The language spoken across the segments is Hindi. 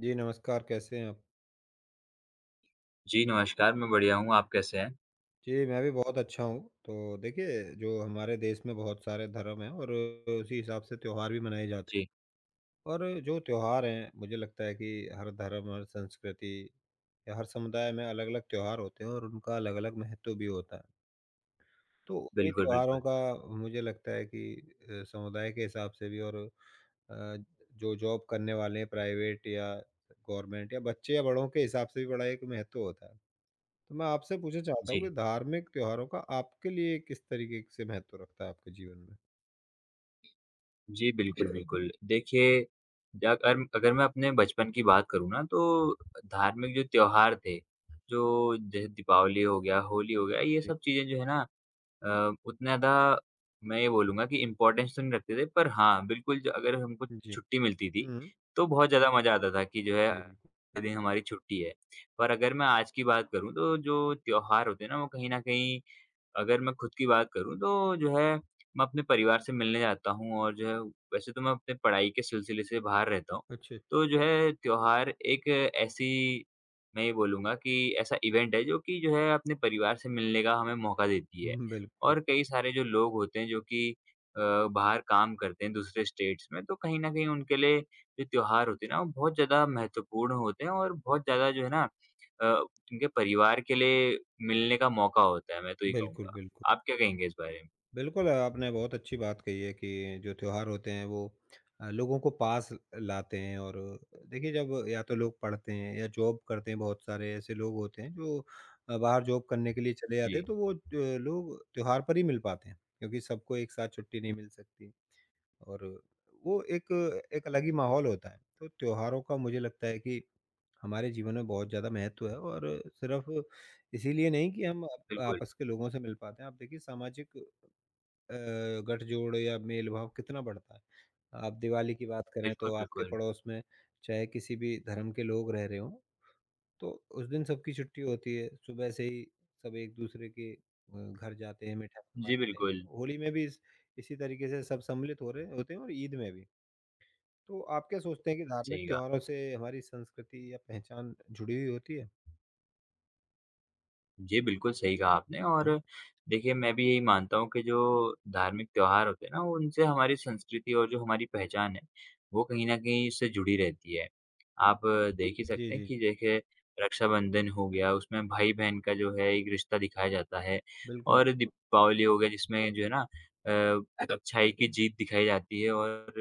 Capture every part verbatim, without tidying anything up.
जी, नमस्कार कैसे हैं आप? जी, नमस्कार, मैं बढ़िया हूँ, आप कैसे हैं? जी, मैं भी बहुत अच्छा हूँ। तो देखिए, जो हमारे देश में बहुत सारे धर्म हैं और उसी हिसाब से त्योहार भी मनाए जाते जी, हैं। और जो त्योहार हैं, मुझे लगता है कि हर धर्म, हर संस्कृति या हर समुदाय में अलग-अलग त्योहार होते हैं और उनका अलग-अलग महत्व भी होता है। तो उन्हीं बिल्कुल, त्योहारों बिल्कुल। का मुझे लगता है कि अ, समुदाय के हिसाब से भी और अ, जो जॉब करने वाले हैं प्राइवेट या गवर्नमेंट या बच्चे या बड़ों के हिसाब से भी बड़ा एक महत्व होता है। तो मैं आपसे पूछना चाहता हूँ कि जी, धार्मिक त्योहारों का आपके लिए किस तरीके से महत्व रखता है आपके जीवन में? जी, बिल्कुल, बिल्कुल। देखिए, जा अगर अगर मैं अपने बचपन की बात करूँ ना, तो धार्मिक जो त्योहार थे, जो जैसे दीपावली हो गया, होली हो गया, ये जी। सब चीज़ें जो है ना अ, उतना ज़्यादा मैं ये बोलूँगा कि इम्पोर्टेंस तो नहीं रखते थे, पर हाँ, बिल्कुल जो अगर हमको जी। छुट्टी मिलती थी, हुँ। तो बहुत ज़्यादा मज़ा आता था कि जो है, जी, बिल्कुल। ये दिन हमारी छुट्टी है। पर अगर मैं आज की बात करूँ, तो जो त्योहार होते हैं ना, वो कहीं न कहीं अगर मैं खुद की बात करूँ तो जो है मैं अपने परिवार से मिलने जाता हूँ और जो है वैसे तो मैं अपने पढ़ाई के सिलसिले से बाहर रहता हूँ। अच्छे। तो जो है त्योहार एक ऐसी मैं ये बोलूँगा कि ऐसा इवेंट है जो कि जो है अपने परिवार से मिलने का हमें मौका देती है। हुँ, बिल्कुल, और कई सारे जो लोग होते हैं जो कि अ, बाहर काम करते हैं दूसरे स्टेट्स में तो कहीं न कहीं उनके लिए जो त्योहार होते हैं ना वो बहुत ज़्यादा महत्वपूर्ण होते हैं और बहुत ज़्यादा जो है ना अ, उनके परिवार के लिए मिलने का मौका होता है, मैं तो ये बिल्कुल, कहूँगा। बिल्कुल। आप क्या कहेंगे इस बारे में? बिल्कुल, आपने बहुत अच्छी बात कही है कि जो त्योहार होते हैं वो अ, लोगों को पास लाते हैं और देखिए जब या तो लोग पढ़ते हैं या जॉब करते हैं, बहुत सारे ऐसे लोग होते हैं जो अ, बाहर जॉब करने के लिए चले जाते जी, हैं, तो वो ज लोग त्योहार पर ही मिल पाते हैं, क्योंकि सबको एक साथ छुट्टी नहीं मिल सकती। और वो एक एक अलग ही माहौल होता है। तो त्योहारों का मुझे लगता है कि हमारे जीवन में बहुत ज़्यादा महत्व है और सिर्फ इसीलिए नहीं कि हम आप बिल्कुल। आपस के लोगों से मिल पाते हैं। आप देखिए सामाजिक अ, गठजोड़ या मेल-भाव कितना बढ़ता है। आप दिवाली की बात करें बिल्कुल, तो आपके बिल्कुल। पड़ोस में चाहे किसी भी धर्म के लोग रह रहे हों, तो उस दिन सबकी छुट्टी होती है, सुबह से ही सब एक-दूसरे के अ, घर जाते हैं, मिठाई जी, बाँटते हैं। बिल्कुल, होली में भी इस इसी तरीके से सब सम्मिलित हो रहे होते हैं और ईद में भी। तो आप क्या सोचते हैं कि धार्मिक सही कहा। त्योहारों से हमारी संस्कृति या पहचान जुड़ी हुई होती है? जी, बिल्कुल सही कहा आपने और हाँ। देखिए मैं भी यही मानता हूँ कि जो धार्मिक त्योहार होते हैं ना, उनसे हमारी संस्कृति और जो हमारी पहचान है, वो कहीं न कहीं इससे जुड़ी रहती है। आप अ, देख ही जी, सकते हैं जी। कि देखिए रक्षाबंधन हो गया, उसमें भाई-बहन का जो है एक रिश्ता दिखाया जाता है बिल्कुल, और बिल्कुल। दीपावली हो गया जिसमें जो है ना अ, अच्छाई की जीत दिखाई जाती है और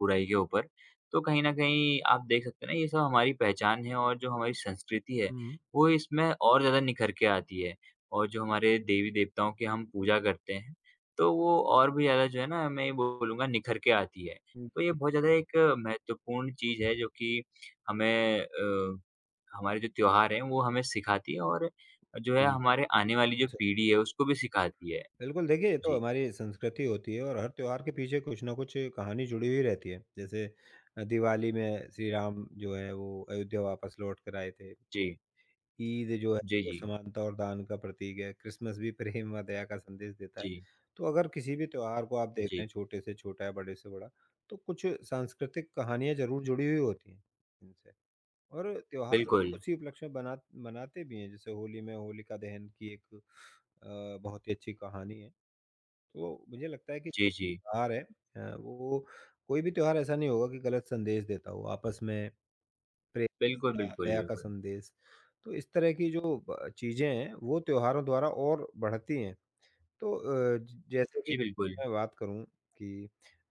बुराई के ऊपर। तो कहीं न कहीं आप देख सकते हैं ना, ये सब हमारी पहचान है और जो हमारी संस्कृति है हुँ। वो इसमें और ज़्यादा निखर के आती है और जो हमारे देवी-देवताओं की हम पूजा करते हैं, तो वो और भी ज़्यादा जो है ना मैं ये बोलूँगा निखर के आती है। हुँ, तो ये जी, बहुत ज़्यादा एक महत्वपूर्ण चीज़ है जो कि हमें अ, हमारे जो त्योहार हैं वो हमें सिखाती है और जो है जी, हमारे आने वाली जो बिल्कुल सही। पीढ़ी है उसको भी सिखाती है। बिल्कुल, देखिए ये तो जी, हमारी संस्कृति होती है और हर त्योहार के पीछे कुछ ना कुछ कहानी जुड़ी हुई रहती है। जैसे अ, दिवाली में श्री राम जो है वो अयोध्या वापस लौट कर आए थे। जी, ईद जो है जी, वो जी, समानता और दान का प्रतीक है। क्रिसमस भी प्रेम व दया का संदेश देता है। जी, तो अगर किसी भी त्योहार को आप देख जी। लें छोटे से छोटा या बड़े से बड़ा, तो कुछ सांस्कृतिक कहानियाँ ज़रूर जुड़ी हुई होती हैं इनसे। और त्योहार हम बिल्कुल। उसी उपलक्ष्य में बना मनाते भी हैं जैसे होली में होलिका दहन की एक अ, बहुत ही अच्छी कहानी है। तो मुझे लगता है कि जो जी, जी। त्योहार है अ, वो कोई भी त्योहार ऐसा नहीं होगा कि गलत संदेश देता हो। आपस में प्रेम, बिल्कुल, बिल्कुल, दया का बिल्कुल। संदेश। तो इस तरह की जो ब चीज़ें हैं, वो त्योहारों द्वारा और बढ़ती हैं। तो अ, ज जैसे कि जी, बिल्कुल। मैं बात करूँ कि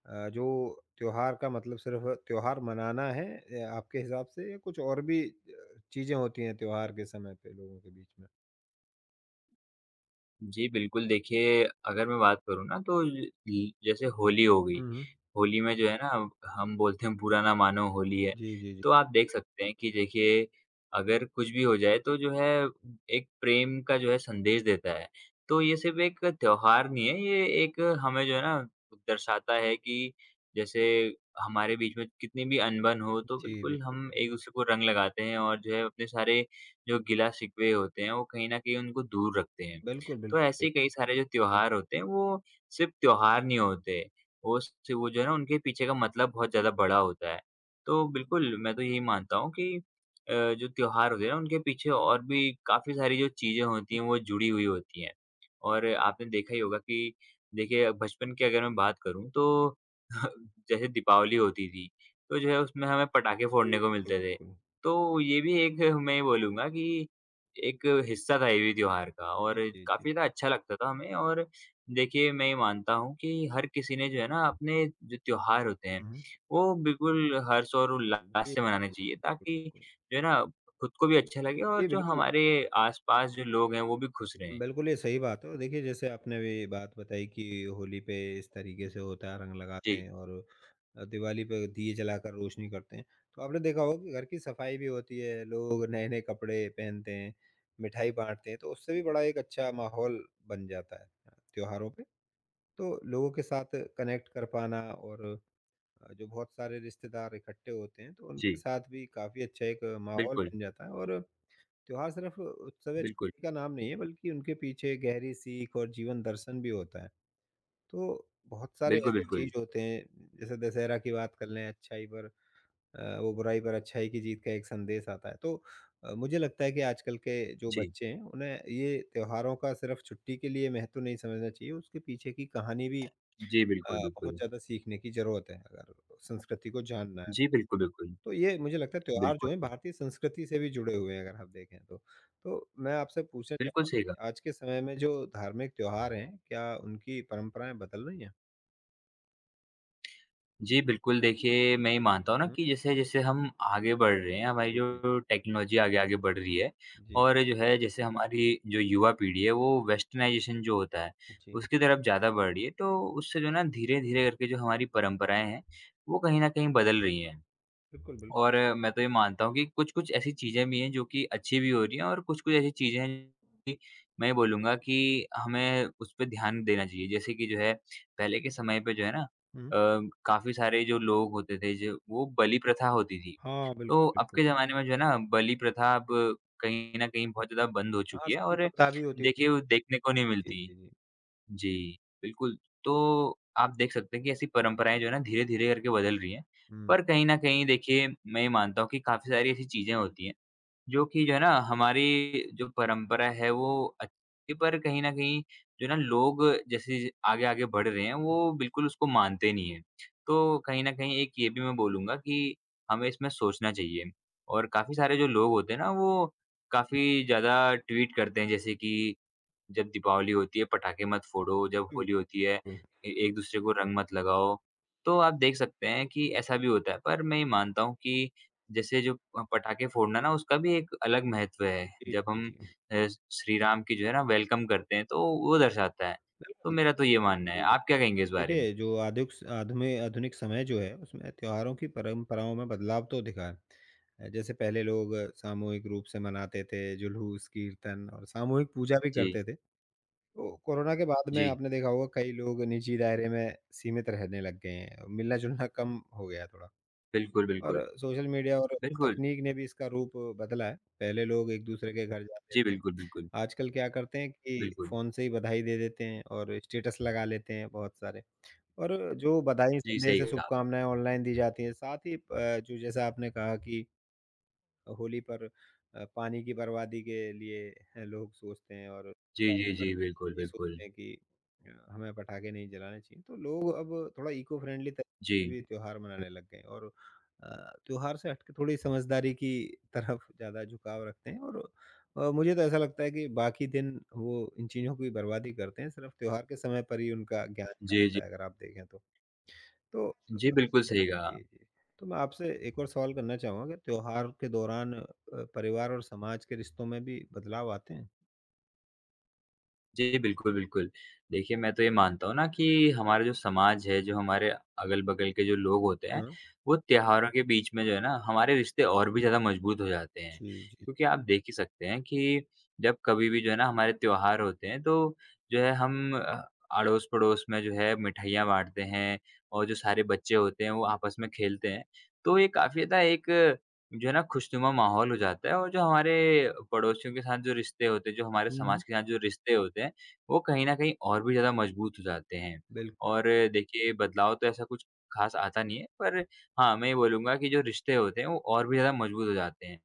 अ, जो त्योहार का मतलब सिर्फ़ त्योहार मनाना है ए, आपके हिसाब से या कुछ और भी अ, चीज़ें होती हैं त्योहार के समय पे लोगों के बीच में? जी, बिल्कुल देखिए, अगर मैं बात करूँ ना तो ज ल जैसे होली हो गई, हुँ, हुँ। होली में जो है ना हम बोलते हैं बुरा ना मानो होली है। जी, जी, जी। तो आप देख सकते हैं कि देखिए अगर कुछ भी हो जाए तो जो है एक प्रेम का जो है संदेश देता है। तो ये सिर्फ़ एक त्योहार नहीं है, ये एक हमें जो है ना दर्शाता है कि जैसे हमारे बीच में कितनी भी अनबन हो तो जी, बिल्कुल हम बिल्कुल, एक-दूसरे को रंग लगाते हैं और जो है अपने सारे जो गिला-शिकवे होते हैं वो कहीं न कहीं उनको दूर रखते हैं। बिल्कुल। तो ऐसे कई सारे जो त्योहार होते हैं वो सिर्फ़ त्योहार नहीं होते। वो स वो जो है ना उनके पीछे का मतलब बहुत ज़्यादा बड़ा होता है। तो बिल्कुल मैं तो यही मानता हूँ कि अ, जो त्योहार होते हैं ना उनके पीछे और भी काफ़ी सारी जो चीज़ें होती हैं वो जुड़ी हुई होती हैं। और आपने देखा ही होगा कि देखिए बचपन की अगर मैं बात करूँ तो जैसे दीपावली होती थी, तो जो है उसमें हमें पटाखे फोड़ने को बिल्कुल, मिलते थे। बिल्कुल, तो ये भी एक मैं ये बोलूँगा कि एक हिस्सा था ये भी त्योहार का जी। और हुँ, जी, बिल्कुल, बिल्कुल। जी, जी, जी। काफ़ी ज़्यादा अच्छा लगता था हमें और देखिए मैं ये मानता हूँ कि हर किसी ने जो है ना अपने जो त्योहार होते हैं, हुँ, हुँ। वो बिल्कुल हर्ष और जी, उल्लास जी, से मनाने बिल्कुल, चाहिए ताकि बिल्कुल। जो है ना खुद को भी अच्छा लगे और जी, जो बिल्कुल। हमारे आस-पास जो लोग हैं वो भी खुश रहें। बिल्कुल, ये सही बात है और देखिए जैसे आपने भी बात बताई कि होली पे इस तरीके से होता है रंग लगाते जी, हैं और अ, दिवाली पे दिए जलाकर रोशनी करते हैं। तो आपने देखा होगा कि घर की सफाई भी होती है, लोग नए-नए कपड़े पहनते हैं, मिठाई बाँटते हैं, तो उससे भी बड़ा एक अच्छा माहौल बन जाता है अ, त्योहारों पे। तो लोगों के साथ कनेक्ट कर पाना और अ, जो बहुत सारे रिश्तेदार इकट्ठे होते हैं, तो उनके जी, साथ भी काफ़ी अच्छा एक माहौल बिल्कुल, बन जाता है और त्योहार सिर्फ उत्सव या बिल्कुल, छुट्टी का नाम नहीं है बल्कि उनके पीछे गहरी सीख और जीवन दर्शन भी होता है। तो बहुत सारे बिल्कुल, ऐसे चीज़ बिल्कुल। होते हैं जैसे दशहरा की बात कर लें अच्छाई पर अ, वो बुराई पर अच्छाई की जीत का एक संदेश आता है। तो अ, मुझे लगता है कि आजकल के जो जी, बच्चे हैं उन्हें ये त्योहारों का सिर्फ छुट्टी के लिए महत्व नहीं समझना चाहिए, उसके पीछे की कहानी भी जी, अ, बिल्कुल, बहुत बिल्कुल। ज़्यादा सीखने की ज़रूरत है अगर संस्कृति को जानना है। जी, बिल्कुल, बिल्कुल, तो ये मुझे लगता है त्योहार जो हैं बिल्कुल। भारतीय संस्कृति से भी जुड़े हुए हैं अगर आप देखें तो। तो मैं आपसे पूछना बिल्कुल चाहूँगा सही कि कहा। आज के समय में जो धार्मिक त्योहार हैं, क्या उनकी परंपराएँ बदल रही हैं? जी, बिल्कुल, देखिए मैं ये मानता हूँ ना हुँ। कि जैसे-जैसे हम आगे बढ़ रहे हैं, हमारी जी, जो टेक्नोलॉजी आगे-आगे बढ़ रही है जी। और जो है जैसे हमारी जो युवा पीढ़ी है वो वेस्टर्नाइज़ेशन जो होता है, जी। उसकी तरफ ज़्यादा बढ़ रही है। तो उससे जो है ना धीरे-धीरे करके जो हमारी परंपराएँ हैं, वो कहीं न कहीं बदल रही हैं। बिल्कुल, बिल और अ, मैं तो ये मानता हूँ कि कुछ-कुछ ऐसी चीज़ें भी हैं जो कि अच्छी भी हो रही हैं और कुछ-कुछ ऐसी चीज़ें हैं कि मैं ये बोलूँगा कि हमें उस पे ध्यान देना चाहिए। जैसे कि जो है पहले के समय पे जो है ना अ, हुँ। काफ़ी सारे जो लोग होते थे जो वो बलि प्रथा होती थी। हाँ, बिल्कुल, तो अब बिल्कुल। के ज़माने में जो है ना बलि प्रथा अब कहीं न कहीं बहुत ज़्यादा बंद हो हाँ, चुकी है सती और प्रथा भी होती थी। देखिए वो देखने को नहीं जी, मिलती। जी, जी। जी, बिल्कुल। तो आप देख सकते हैं कि ऐसी परंपराएँ जो है ना धीरे-धीरे करके बदल रही हैं। हुँ। पर कहीं न कहीं देखिए मैं ये मानता हूँ कि काफ़ी सारी ऐसी चीज़ें होती हैं जो कि जो है ना हमारी जो परंपरा है वो अच्छी पर कहीं न कहीं जो है ना लोग जैसे आगे-आगे बढ़ रहे हैं वो बिल्कुल उसको मानते नहीं हैं। तो कहीं न कहीं एक ये भी मैं बोलूँगा कि हमें इसमें सोचना चाहिए और काफ़ी सारे जो लोग होते हैं ना वो काफ़ी ज़्यादा ट्वीट करते हैं जैसे कि जब दीपावली होती है पटाखे मत फोड़ो, जब होली होती है बिल्कुल। ए एक-दूसरे को रंग मत लगाओ। तो आप देख सकते हैं कि ऐसा भी होता है, पर मैं ये मानता हूँ कि जैसे जो अ, पटाखे फोड़ना ना उसका भी एक अलग महत्व है। जी, जब जी, हम जी। अ, श्री राम की जो है ना वेलकम करते हैं तो वो दर्शाता है। तो बिल्कुल, मेरा तो ये मानना है। जी आप क्या कहेंगे इस बारे में? देखिए, जो आधुक्स आधुनि आधुनिक समय जो है, उसमें त्योहारों की परंपराओं में बदलाव तो दिखा है। अ, जैसे पहले लोग सामूहिक रूप से मनाते थे, जुलूस, कीर्तन और सामूहिक पूजा भी जी, करते थे। तो कोरोना के बाद में जी। आपने देखा होगा कई लोग निजी दायरे में सीमित रहने लग गए हैं, मिलना-जुलना कम हो गया है थोड़ा। बिल्कुल, और बिल्कुल। सोशल मीडिया और बिल्कुल। तकनीक ने भी इसका रूप बदला है। पहले लोग एक-दूसरे के घर जाते जी, थे, बिल्कुल, बिल्कुल। आजकल क्या करते हैं कि बिल्कुल। फ़ोन से ही बधाई दे देते हैं और स्टेटस लगा लेते हैं बहुत सारे। और जो बधाई, जी, सही संदेश या कहा। शुभकामनाएँ ऑनलाइन दी जाती हैं, साथ ही अ, जो जैसा आपने कहा कि होली पर अ, पानी की बर्बादी के लिए अ, लोग सोचते हैं और जी, दिवाली जी, पर जी। बिल्कुल, ये बिल्कुल। सोचते हैं कि अ, हमें पटाखे नहीं जलाने चाहिए। तो लोग अब थोड़ा इको फ्रेंडली जी। तरीके से भी त्योहार मनाने लग गए हैं और अ, त्योहार से हट के थोड़ी समझदारी की तरफ ज़्यादा झुकाव रखते हैं और अ, मुझे तो ऐसा लगता है कि बाकी दिन वो इन चीज़ों की बर्बादी करते हैं, सिर्फ़ त्योहार के समय पर ही उनका ज्ञान जी, जी। जागता है, अगर आप देखें तो। तो जी, बिल्कुल सही कहा। जी, जी। तो मैं आपसे एक और सवाल करना चाहूँगा कि त्योहार के दौरान अ, परिवार और समाज के रिश्तों में भी बदलाव आते हैं? जी, बिल्कुल, बिल्कुल। देखिए, मैं तो ये मानता हूँ ना कि हमारा जो समाज है, जो हमारे अगल-बगल के जो लोग होते हैं, हाँ। वो त्योहारों के बीच में जो है ना, हमारे रिश्ते और भी ज़्यादा मजबूत हो जाते हैं। जी, जी। क्योंकि आप देख ही सकते हैं कि जब कभी भी जो है ना हमारे त्योहार होते हैं, तो जो है हम अ, अड़ोस-पड़ोस में जो है मिठाइयाँ बाँटते हैं और जो सारे बच्चे होते हैं, वो आपस में खेलते हैं। तो ये काफ़ी ज़्यादा एक जो है ना खुशनुमा माहौल हो जाता है और जो हमारे पड़ोसियों के साथ जो रिश्ते होते हैं, जो हमारे हुँ, हुँ। समाज के साथ जो रिश्ते होते हैं, वो कहीं न कहीं और भी ज़्यादा मजबूत हो जाते हैं। बिल्क और देखिए बदलाव तो ऐसा कुछ ख़ास आता नहीं है, पर हाँ, मैं ये बोलूँगा कि जो रिश्ते होते हैं, वो और भी ज़्यादा मजबूत हो जाते हैं।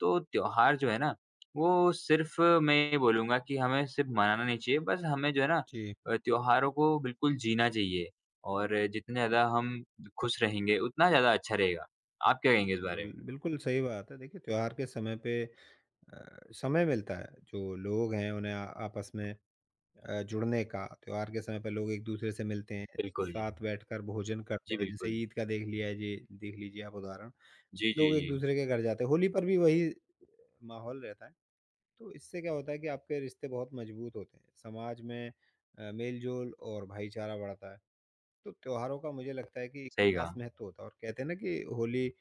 तो त्योहार जो है ना, वो सिर्फ़ मैं ये बोलूँगा कि हमें सिर्फ़ मनाना नहीं चाहिए, बस हमें जो है ना जी। अ, त्योहारों को बिल्कुल जीना चाहिए और जितने ज़्यादा हम खुश रहेंगे, उतना ज़्यादा अच्छा रहेगा। आप क्या कहेंगे इस बारे में? बिल्कुल, बिल्कुल सही बात है। देखिए त्योहार के समय पे अ, समय मिलता है, जो लोग हैं उन्हें आ आपस में अ, जुड़ने का। त्योहार के समय पे लोग एक-दूसरे से मिलते हैं, बिल्कुल। साथ बैठकर भोजन करते जी, हैं। जैसे बिल्कुल। ईद का देख लिया है जी देख लीजिए आप उदाहरण। जी, जी, लोग जी। एक-दूसरे के घर जाते हैं, होली पर भी वही माहौल रहता है। तो इससे क्या होता है कि आपके रिश्ते बहुत मजबूत होते हैं। समाज में अ, मेल-जोल और भाईचारा बढ़ता है। तो त्योहारों का मुझे लगता है कि सही खास कहा। महत्व होता है और कहते हैं ना कि होली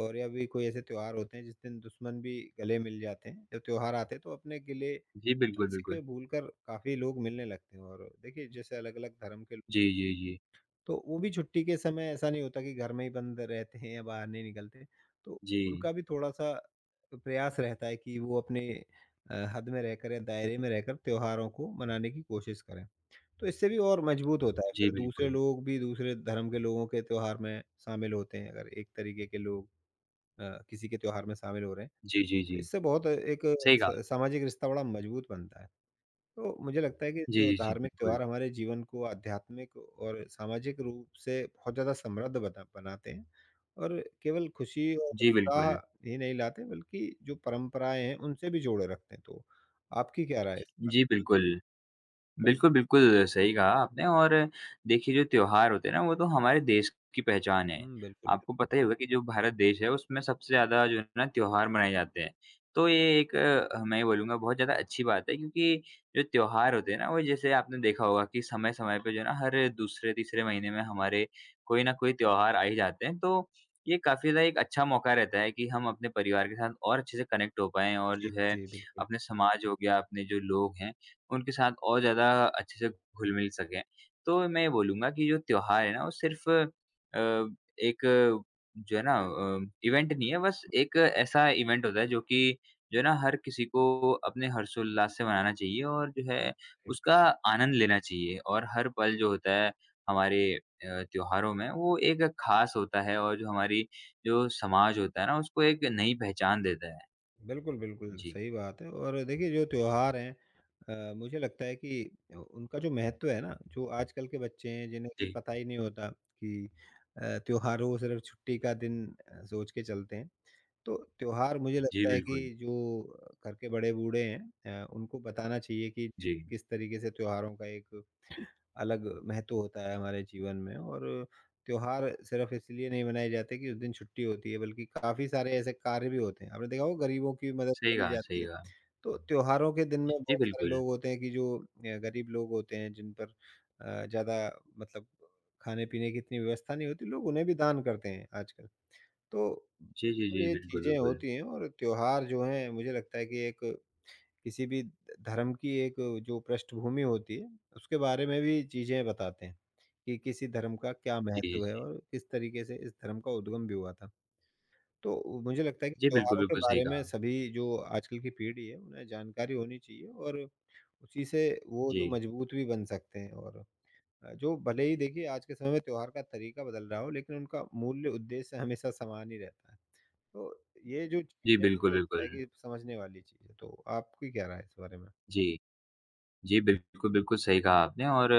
और या भी कोई ऐसे त्योहार होते हैं जिस दिन दुश्मन भी गले मिल जाते हैं। जब त्योहार आते हैं तो अपने गिले जी, बिल्कुल, शिकवे बिल्कुल। भूलकर काफ़ी लोग मिलने लगते हैं और देखिए जैसे अलग-अलग धर्म के जी, लोग जी, जी। तो वो भी छुट्टी के समय ऐसा नहीं होता कि घर में ही बंद रहते हैं या बाहर नहीं निकलते। तो जी, उनका भी थोड़ा-सा प्रयास रहता है कि वो अपने अ, हद में रहकर या दायरे में रहकर त्योहारों को मनाने की कोशिश करें। तो इससे भी और मजबूत होता है जी, फिर दूसरे बिल्कुल। लोग भी दूसरे धर्म के लोगों के त्योहार में शामिल होते हैं अगर एक तरीके के लोग अ, किसी के त्योहार में शामिल हो रहे हैं। जी, जी, तो जी। इससे बहुत एक सही कहा। स सामाजिक रिश्ता बड़ा मजबूत बनता है। तो मुझे लगता है कि जी, जो जी, जी, धार्मिक बिल्कुल। त्योहार हमारे जीवन को आध्यात्मिक और सामाजिक रूप से बहुत ज़्यादा समृद्ध बना बनाते हैं और केवल खुशी और जी, उत्साह बिल्कुल। ही नहीं लाते बल्कि जो परंपराएं हैं उनसे भी जोड़े रखते हैं तो आपकी क्या राय है इस पर? जी, बिल्कुल। बिल्कुल, बिल्कुल, सही कहा आपने और देखिए जो त्योहार होते हैं ना वो तो हमारे देश की पहचान है। हुँ, बिल्कुल, बिल्कुल। आपको पता ही होगा कि जो भारत देश है उसमें सबसे ज़्यादा जो है ना त्योहार मनाए जाते हैं। तो ये एक अ, मैं ये बोलूँगा बहुत ज़्यादा अच्छी बात है क्योंकि जो त्योहार होते हैं ना वो जैसे आपने देखा होगा कि समय-समय पे जो है ना हर दूसरे-तीसरे महीने में हमारे कोई ना कोई त्योहार आ ही जाते हैं। तो ये काफ़ी ज़्यादा एक अच्छा मौका रहता है कि हम अपने परिवार के साथ और अच्छे से कनेक्ट हो पाएँ और जो जी, है जी, बिल्कुल, अपने समाज हो गया, अपने जो लोग हैं उनके साथ और ज़्यादा अच्छे से घुल-मिल सकें। तो मैं ये बोलूँगा कि जो त्योहार है ना वो सिर्फ़ अ, एक जो है ना अ, इवेंट नहीं है बस एक ऐसा इवेंट होता है जो कि जो है ना हर किसी को अपने हर्षोल्लास से मनाना चाहिए और जो है बिल्कुल। सही। उसका आनंद लेना चाहिए और हर पल जो होता है हमारे अ, त्योहारों में वो एक ख़ास होता है और जो हमारी जो समाज होता है ना उसको एक नई पहचान देता है। बिल्कुल, बिल्कुल, जी। सही बात है और देखिए जो त्योहार हैं अ, मुझे लगता है कि अ, उनका जो महत्व है ना, जो आजकल के बच्चे हैं जिन्हें कि जी। पता ही नहीं होता कि अ, त्योहार वो सिर्फ़ छुट्टी का दिन अ, सोच के चलते हैं। तो त्योहार मुझे जी, लगता है कि बिल्कुल। जो घर के बड़े बूढ़े हैं अ, उनको बताना चाहिए कि जिस जी। किस तरीके से त्योहारों का एक अलग महत्व होता है हमारे जीवन में और त्योहार सिर्फ इसलिए नहीं मनाए जाते कि उस दिन छुट्टी होती है बल्कि काफी सारे ऐसे कार्य भी होते हैं आपने देखा होगा गरीबों की मदद सही करी कहा, जाती सही है कहा। तो त्योहारों के दिन में जी, बहुत सारे बिल्कुल। लोग होते हैं कि जो अ, गरीब लोग होते हैं जिन पर अ, ज्यादा मतलब खाने पीने की इतनी व्यवस्था नहीं होती लोग उन्हें भी दान करते हैं आजकल तो जी, जी, बिल्कुल जी, ये बिल्कुल, चीज़ें बिल्कुल। होती हैं और त्योहार जो हैं मुझे लगता है कि एक किसी भी धर्म की एक जो पृष्ठभूमि होती है उसके बारे में भी चीज़ें बताते हैं कि किसी धर्म का क्या जी, महत्व है जी। और किस तरीके से इस धर्म का उद्गम भी हुआ था। तो मुझे लगता है कि जी, बिल्कुल, त्योहारों के बिल्कुल सही बारे कहा। में सभी जो आजकल की पीढ़ी है उन्हें जानकारी होनी चाहिए और उसी से वो जी। जो मजबूत भी बन सकते हैं और अ, जो भले ही देखिए आज के समय में त्योहार का तरीका बदल रहा हो लेकिन उनका मूल्य उद्देश्य हमेशा समान ही रहता है। तो ये जो जी, चीज़ है, बिल्कुल, मुझे लगता बिल्कुल। है कि समझने वाली चीज़ है, तो आपकी क्या राय है इस बारे में? जी। जी, बिल्कुल, बिल्कुल सही कहा आपने और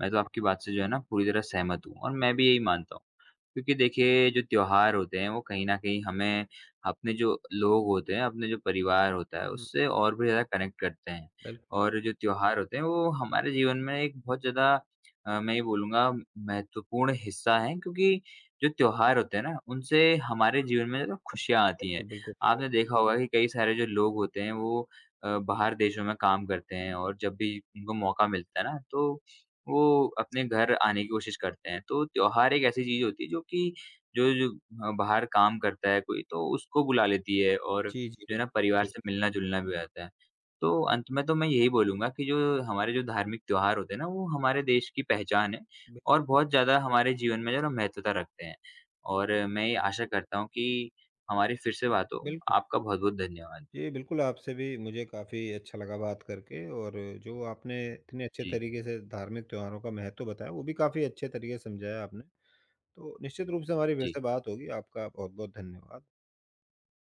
मैं तो आपकी बात से जो है ना पूरी तरह सहमत हूँ और मैं भी यही मानता हूँ। क्योंकि देखिए जो त्योहार होते हैं वो कहीं न कहीं हमें अपने जो लोग होते हैं, अपने जो परिवार होता है हुँ, उससे और भी ज़्यादा कनेक्ट करते हैं। बिल्कुल, और जो त्योहार होते हैं वो हमारे जीवन में एक बहुत ज़्यादा अ, मैं ये बोलूँगा महत्वपूर्ण हिस्सा है क्योंकि जो त्योहार होते हैं ना उनसे हमारे जीवन में ज़्यादा खुशियाँ आती हैं। बिल्कुल, बिल्कुल सही बात। आपने देखा होगा कि कई सारे जो लोग होते हैं वो अ, बाहर देशों में काम करते हैं और जब भी उनको मौका मिलता है ना तो वो अपने घर आने की कोशिश करते हैं। तो त्योहार एक ऐसी चीज़ होती है जो कि जो जो अ, बाहर काम करता है कोई तो उसको बुला लेती है और जी, जी, जो है ना बिल्कुल, परिवार बिल्कुल से सही। मिलना-जुलना भी हो जाता है। तो अंत में तो मैं यही बोलूँगा कि जो हमारे जो धार्मिक त्योहार होते हैं ना वो हमारे देश की पहचान है और बिल्कुल, बहुत ज़्यादा हमारे जीवन में जो है ना महत्वता रखते हैं। और मैं ये आशा करता हूँ कि हमारी फिर से बात हो। बिल्कुल। आपका बहुत-बहुत धन्यवाद। जी, बिल्कुल आपसे भी मुझे काफ़ी अच्छा लगा बात करके और जो आपने इतने अच्छे जी, तरीके से धार्मिक त्योहारों का महत्व बताया, वो भी काफ़ी अच्छे तरीके से समझाया आपने। तो निश्चित रूप से हमारी फिर जी। से बात होगी। आपका बहुत-बहुत धन्यवाद।